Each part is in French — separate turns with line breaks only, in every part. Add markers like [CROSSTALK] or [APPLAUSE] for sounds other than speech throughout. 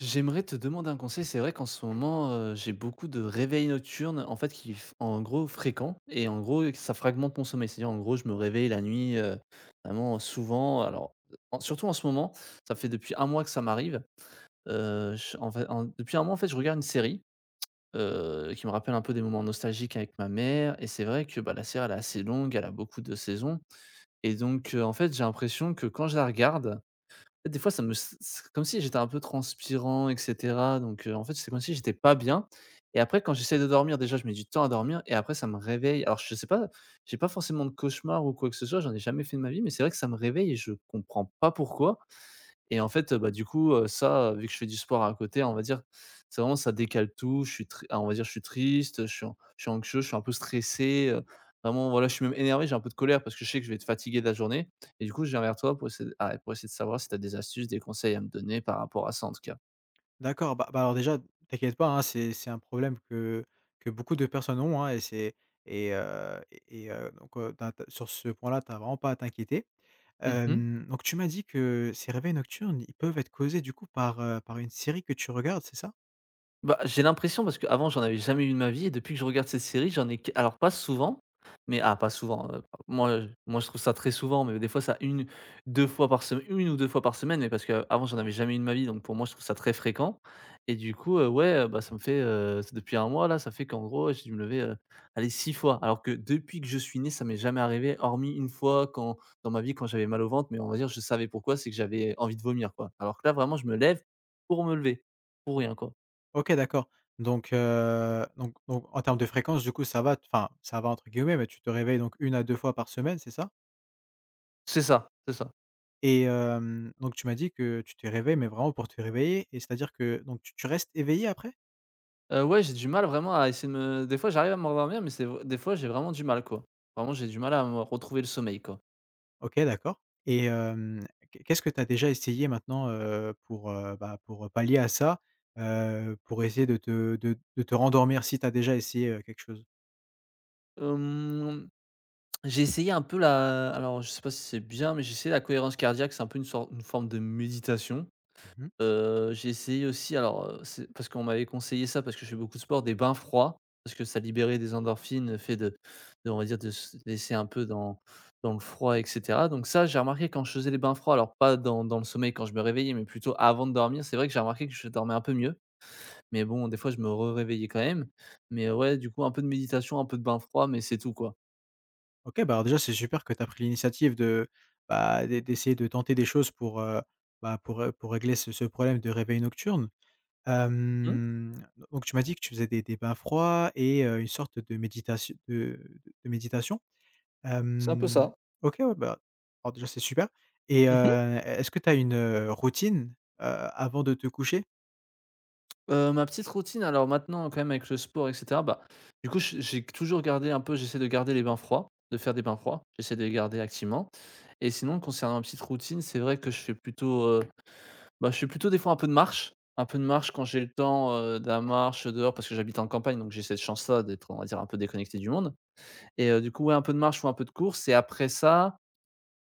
J'aimerais te demander un conseil. C'est vrai qu'en ce moment, j'ai beaucoup de réveils nocturnes, en fait, qui f en gros fréquents et en gros, ça fragmente mon sommeil. C'est-à-dire, en gros, je me réveille la nuit, vraiment souvent. Alors, en surtout en ce moment, ça fait depuis un mois que ça m'arrive. Je en fait, en Depuis un mois, en fait, je regarde une série, qui me rappelle un peu des moments nostalgiques avec ma mère et c'est vrai que, bah, la série, elle est assez longue, elle a beaucoup de saisons et donc, en fait, j'ai l'impression que quand je la regarde, des fois, ça me c'est comme si j'étais un peu transpirant et cetera, donc en fait, c'est comme si j'étais pas bien, et après quand j'essaie de dormir, déjà, je mets du temps à dormir et après ça me réveille. Alors je sais pas, j'ai pas forcément de cauchemar ou quoi que ce soit, j'en ai jamais fait de ma vie, mais c'est vrai que ça me réveille et je comprends pas pourquoi. Et en fait, bah, du coup, ça, vu que je fais du sport à côté, on va dire, c'est vraiment ça décale tout. Je suis tr ah, On va dire, je suis triste, je suis anxieux, je suis un peu stressé, vraiment, voilà, je suis même énervé, j'ai un peu de colère parce que je sais que je vais être fatigué de la journée. Et du coup, je viens vers toi pour essayer pour essayer de savoir si tu as des astuces, des conseils à me donner par rapport à ça, en tout cas.
D'accord, bah, alors déjà, t'inquiète pas, hein, c'est un problème que beaucoup de personnes ont, hein, et c'est et donc tu as sur ce point-là, t'as vraiment pas à t'inquiéter.
Mmh.
Donc tu m'as dit que ces réveils nocturnes, ils peuvent être causés du coup par une série que tu regardes, c'est ça?
Bah, j'ai l'impression parce qu'avant j'en avais jamais eu de ma vie et depuis que je regarde cette série, j'en ai q alors pas souvent, pas souvent, moi je trouve ça très souvent, mais des fois ça une 2 fois par semaine une ou deux fois par semaine, mais parce qu'avant j'en avais jamais eu de ma vie, donc pour moi je trouve ça très fréquent. Et du coup, bah, ça me fait, c depuis un mois là, ça fait qu'en gros j'ai dû me lever, allez 6 fois, alors que depuis que je suis né, ça m'est jamais arrivé hormis une fois quand dans ma vie quand j'avais mal au ventre, mais on va dire je savais pourquoi, c'est que j'avais envie de vomir, quoi. Alors que là vraiment je me lève pour me lever, pour rien, quoi.
OK, d'accord. Donc en termes de fréquence, du coup, ça va, enfin, «ça va» entre guillemets, mais tu te réveilles donc une à 2 fois par semaine, c'est ça?
C'est ça, c'est ça.
Et donc tu m'as dit que tu te réveilles, mais vraiment pour te réveiller, et c'est-à-dire que donc tu restes éveillé après?
Ouais, j'ai du mal vraiment à essayer de me des fois j'arrive à me rendormir, mais c'est v des fois j'ai vraiment du mal, quoi. Vraiment j'ai du mal à me retrouver le sommeil, quoi.
OK, d'accord et hem, qu qu'est-ce que tu as déjà essayé maintenant, pour, pour pallier à ça? Pour essayer de te de te rendormir, si tu as déjà essayé quelque chose?
Hem, j'ai essayé un peu la alors je sais pas si c'est bien, mais j'ai essayé la cohérence cardiaque, c'est un peu une forme de méditation.
Mmh.
J'ai essayé aussi alors, c'est parce qu'on m'avait conseillé ça, parce que je fais beaucoup de sport, des bains froids, parce que ça libérait des endorphines, le fait de on va dire de se laisser un peu dans le froid et cetera. Donc ça, j'ai remarqué quand je faisais les bains froids, alors pas dans le sommeil quand je me réveillais, mais plutôt avant de dormir, c'est vrai que j'ai remarqué que je dormais un peu mieux. Mais bon, des fois, je me réveillais quand même. Mais ouais, du coup, un peu de méditation, un peu de bain froid, mais c'est tout, quoi.
OK, bah, alors déjà c'est super que tu as pris l'initiative de, bah, d'essayer de tenter des choses pour, pour régler ce problème de réveil nocturne.
Mmh.
Hem, donc tu m'as dit que tu faisais des bains froids et une sorte de méditation de méditation?
C'est un peu
Hem,
ça.
OK, ouais, bah, alors déjà, c'est super et
[LAUGHS]
est-ce que tu as une, routine, avant de te coucher?
Ma petite routine, alors maintenant quand même avec le sport et cetera, bah, du coup je j'ai toujours gardé un peu, j'essaie de garder les bains froids, de faire des bains froids, j'essaie de les garder activement. Et sinon concernant ma petite routine, c'est vrai que je fais plutôt, je fais plutôt des fois un peu de marche, un peu de marche quand j'ai le temps, de la marche dehors parce que j'habite en campagne, donc j'ai cette chance-là d'être, on va dire, un peu déconnecté du monde. Et du coup, ouais, un peu de marche ou un peu de course, et après ça,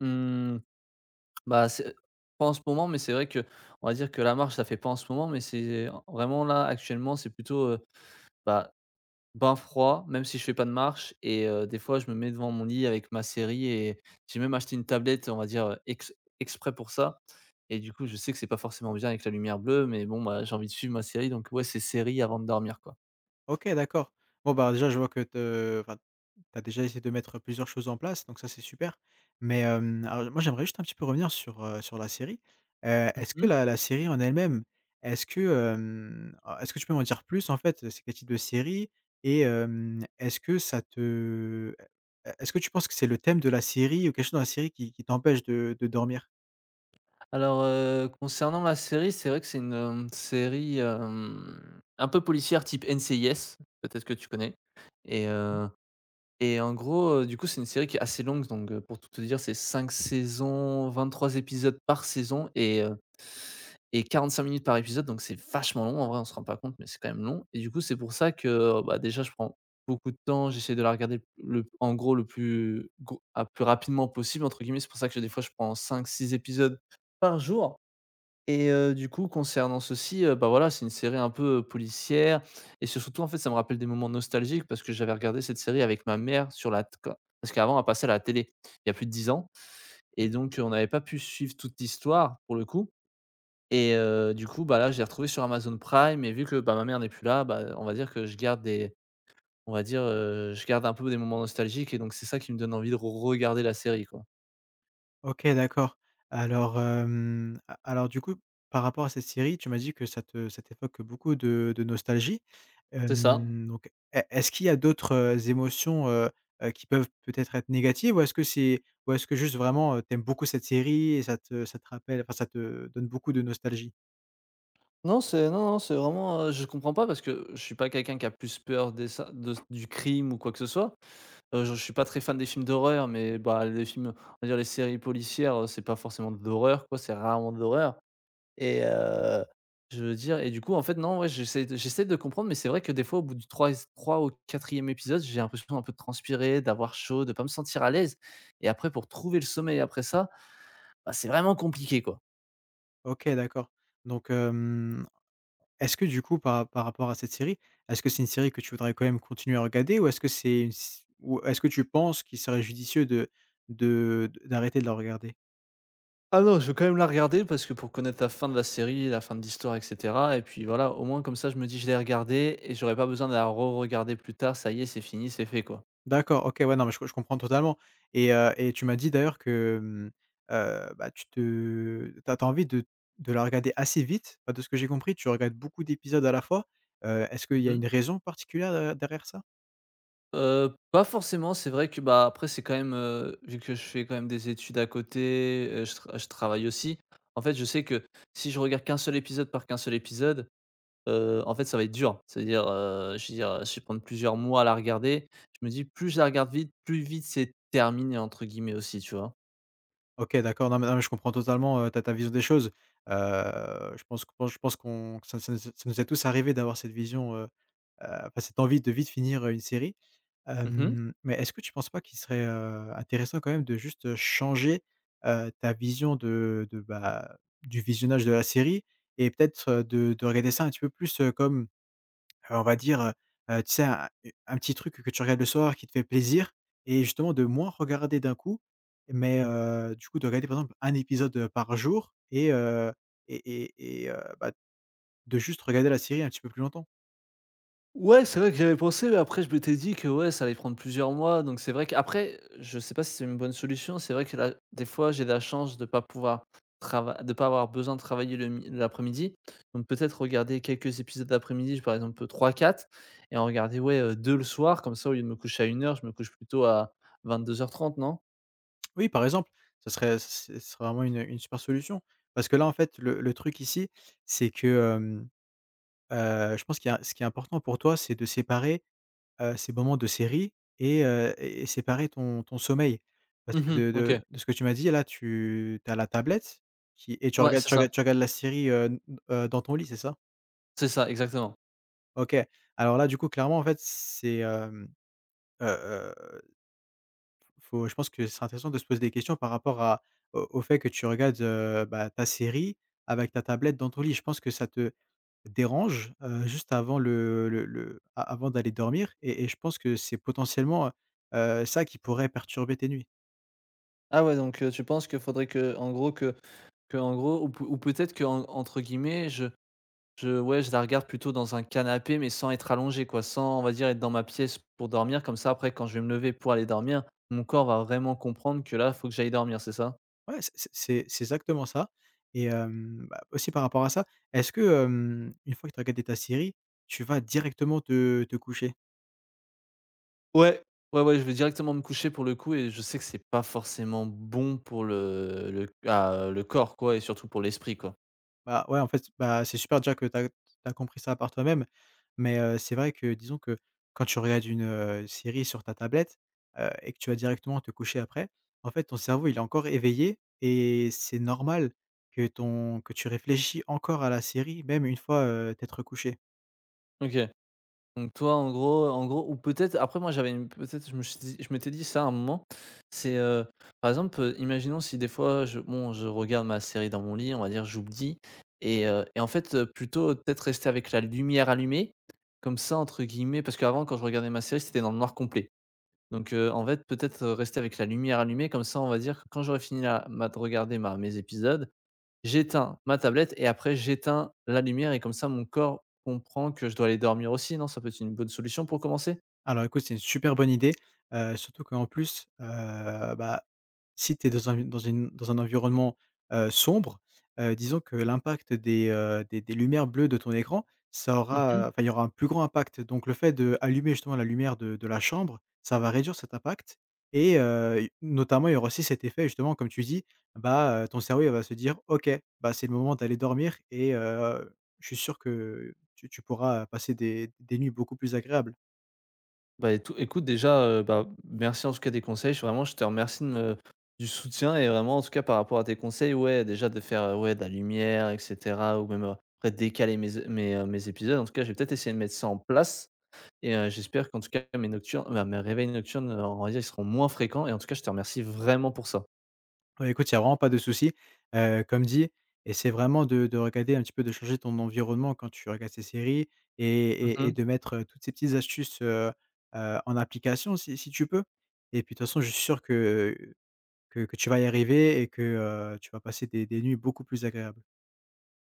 mmh, bah, c'est pas en ce moment, mais c'est vrai que, on va dire que la marche ça fait pas en ce moment, mais c'est vraiment là actuellement c'est plutôt, bah, bain froid, même si je fais pas de marche. Et des fois, je me mets devant mon lit avec ma série, et j'ai même acheté une tablette, on va dire, ex exprès pour ça. Et du coup, je sais que c'est pas forcément bien avec la lumière bleue, mais bon, bah, j'ai envie de suivre ma série, donc ouais, c'est série avant de dormir, quoi.
OK, d'accord. Bon, bah, déjà, je vois que tu as déjà essayé de mettre plusieurs choses en place, donc ça, c'est super. Mais, alors moi, j'aimerais juste un petit peu revenir sur, sur la série. Est-ce que
Mmh.
la série en elle-même, est-ce que, hem, a est-ce que tu peux m'en dire plus, en fait? C'est quel type de série? Et est-ce que ça te e est-ce que tu penses que c'est le thème de la série ou quelque chose dans la série qui t'empêche de dormir?
Alors, concernant ma série, c'est vrai que c'est une, série, un peu policière type NCIS, peut-être que tu connais. Et heu Et en gros, du coup, c'est une série qui est assez longue, donc pour tout te dire, c'est 5 saisons, 23 épisodes par saison et 45 minutes par épisode, donc c'est vachement long en vrai, on se rend pas compte mais c'est quand même long. Et du coup, c'est pour ça que, bah, déjà je prends beaucoup de temps, j'essaie de la regarder le en gros le plus gros ah, plus rapidement possible entre guillemets. C'est pour ça que des fois je prends cinq, six épisodes par jour. Et du coup, concernant ceci, bah, voilà, c'est une série un peu, policière, et c'est surtout, en fait, ça me rappelle des moments nostalgiques parce que j'avais regardé cette série avec ma mère sur la t quand parce qu'avant, elle passait à la télé, il y a plus de 10 ans, et donc on n'avait pas pu suivre toute l'histoire, pour le coup. Et du coup, bah, là, je l'ai retrouvée sur Amazon Prime, et vu que, bah, ma mère n'est plus là, bah, on va dire, je garde un peu des moments nostalgiques, et donc c'est ça qui me donne envie de regarder la série, quoi.
OK, d'accord. Alors, hem, a alors du coup, par rapport à cette série, tu m'as dit que ça t'évoque beaucoup de nostalgie.
C'est ça.
Donc est-ce qu'il y a d'autres, émotions, qui peuvent peut-être être négatives? Ou est-ce que c'est ou est-ce que juste vraiment, tu beaucoup cette série et ça te rappelle, ça te donne beaucoup de nostalgie?
Non, c'est vraiment, je comprends pas parce que je suis pas quelqu'un qui a plus peur des ça de du crime ou quoi que ce soit. Je suis pas très fan des films d'horreur, mais bah, les films, on va dire les séries policières, c'est pas forcément de l'horreur, quoi, c'est rarement de l'horreur. Et je veux dire, et du coup, en fait, non, ouais, j'essaie de comprendre, mais c'est vrai que des fois, au bout du trois ou quatrième épisode, j'ai l'impression un peu de transpirer, d'avoir chaud, de pas me sentir à l'aise. Et après pour trouver le sommeil après ça, bah, c'est vraiment compliqué, quoi.
OK, d'accord. Donc Est-ce que du coup, par rapport à cette série, est-ce que c'est une série que tu voudrais quand même continuer à regarder, ou est-ce que c'est une s ou est-ce que tu penses qu'il serait judicieux de d'arrêter de la regarder?
Ah non, je veux quand même la regarder parce que pour connaître la fin de la série, la fin de l'histoire, et cetera, et puis voilà, au moins comme ça, je me dis: «Je l'ai regardée» et j'aurais pas besoin de la re-regarder plus tard. Ça y est, c'est fini, c'est fait, quoi.
D'accord, OK, ouais, non, mais je comprends totalement et tu m'as dit d'ailleurs que, mmh, tu te t'as as envie de la regarder assez vite. Bah, de ce que j'ai compris, tu regardes beaucoup d'épisodes à la fois. Est-ce qu'il y a
Mmh.
une raison particulière de derrière ça?
Pas forcément, c'est vrai que, bah, après c'est quand même, vu que je fais quand même des études à côté, je travaille aussi. En fait, je sais que si je regarde qu'un seul épisode par qu'un seul épisode, en fait, ça va être dur. C'est-à-dire, je veux dire, je vais prendre plusieurs mois à la regarder. Je me dis: «Plus je la regarde vite, plus vite c'est terminé» entre guillemets aussi, tu vois?
OK, d'accord. Non mais je comprends totalement, ta vision des choses. Heu, je pense qu'on que ça ça nous est tous arrivé d'avoir cette vision, cette envie de vite finir, une série.
Mmh.
Mais est-ce que tu ne penses pas qu'il serait, intéressant quand même de juste changer, ta vision de, bah, du visionnage de la série, et peut-être, de regarder ça un petit peu plus, comme on va dire, tu sais, un petit truc que tu regardes le soir qui te fait plaisir, et justement de moins regarder d'un coup, mais du coup de regarder par exemple un épisode par jour, et de juste regarder la série un petit peu plus longtemps.
Ouais, c'est vrai que j'avais pensé, mais après je m'étais dit que, ouais, ça allait prendre plusieurs mois, donc c'est vrai qu'après, je sais pas si c'est une bonne solution. C'est vrai que là, des fois, j'ai la chance de pas avoir besoin de travailler le mi l'après-midi, donc peut-être regarder quelques épisodes l'après-midi, par exemple trois quatre, et en regarder, ouais, 2 le soir, comme ça, au lieu de me coucher à une heure, je me couche plutôt à 22h30, non?
Oui, par exemple, ce serait vraiment une super solution. Parce que là, en fait, le truc ici, c'est que, hem, je pense qu'il y a, ce qui est important pour toi, c'est de séparer, ces moments de série, et et séparer ton sommeil. Parce que
Mhm.
de
OK.
de de ce que tu m'as dit, là, tu as la tablette qui, et tu
Ouais,
regardes tu regardes tu regardes la série, d dans ton lit, c'est ça?
c'est ça, exactement.
OK. Alors là, du coup, clairement, en fait, c'est, hem, heu Faut je pense que c'est intéressant de se poser des questions par rapport à au fait que tu regardes, ta série avec ta tablette dans ton lit. Je pense que ça te dérange, juste avant le a avant d'aller dormir, et je pense que c'est potentiellement, ça qui pourrait perturber tes nuits.
Ah ouais, donc tu penses que faudrait que en gros ou peu ou peut-être qu'en entre guillemets, je la regarde plutôt dans un canapé, mais sans être allongé, quoi, sans, on va dire, être dans ma pièce pour dormir. Comme ça, après, quand je vais me lever pour aller dormir, mon corps va vraiment comprendre que là, faut que j'aille dormir, c'est ça?
Ouais, c'est exactement ça, et bah, aussi par rapport à ça, est-ce que, une fois que tu as regardé ta série, tu vas directement te coucher?
Ouais. Ouais, je vais directement me coucher pour le coup, et je sais que c'est pas forcément bon pour le corps, quoi, et surtout pour l'esprit, quoi.
Bah, ouais, en fait, bah, c'est super déjà que tu as compris ça par toi-même, mais c'est vrai que disons que quand tu regardes une, série sur ta tablette, et que tu vas directement te coucher après, en fait, ton cerveau, il est encore éveillé et c'est normal que ton que tu réfléchis encore à la série, même une fois, t'être couché.
OK. Donc toi, en gros ou peut-être après moi j'avais une peut-être je me suis dit je m'étais dit ça à un moment, c'est, par exemple, imaginons si des fois je regarde ma série dans mon lit, on va dire j'oublie, et en fait, plutôt peut-être rester avec la lumière allumée, comme ça entre guillemets, parce qu'avant quand je regardais ma série c'était dans le noir complet. Donc en fait peut-être, rester avec la lumière allumée, comme ça on va dire que quand j'aurais fini la ma de regarder ma mes épisodes, j'éteins ma tablette et après j'éteins la lumière, et comme ça mon corps comprend que je dois aller dormir aussi, non? Ça peut être une bonne solution pour commencer?
Alors écoute, c'est une super bonne idée, surtout qu'en plus, bah, si tu es dans un dans une dans un environnement, sombre, disons que l'impact des, des lumières bleues de ton écran, ça
Mmh.
aura, enfin, il y aura un plus grand impact. Donc le fait d'allumer justement la lumière de la chambre, ça va réduire cet impact et i notamment, il y aura aussi cet effet justement comme tu dis, bah, ton cerveau, il va se dire: «OK, bah, c'est le moment d'aller dormir», et je suis sûr que tu pourras passer des nuits beaucoup plus agréables.
Bah, étou écoute déjà, bah, merci en tout cas des conseils. Je te remercie de me du soutien, et vraiment en tout cas par rapport à tes conseils, ouais, déjà de faire, ouais, de la lumière et cetera, ou même, après décaler mes épisodes. En tout cas, je vais peut-être essayer de mettre ça en place, et j'espère qu'en tout cas mes réveils nocturnes, on va dire, ils seront moins fréquents, et en tout cas, je te remercie vraiment pour ça.
Ouais, écoute, il y a vraiment pas de souci, comme dit, et c'est vraiment de regarder un petit peu, de changer ton environnement quand tu regardes ces séries, et et et
Mmh.
de mettre, toutes ces petites astuces, en application si tu peux, et puis de toute façon, je suis sûr que tu vas y arriver et que, tu vas passer des nuits beaucoup plus agréables.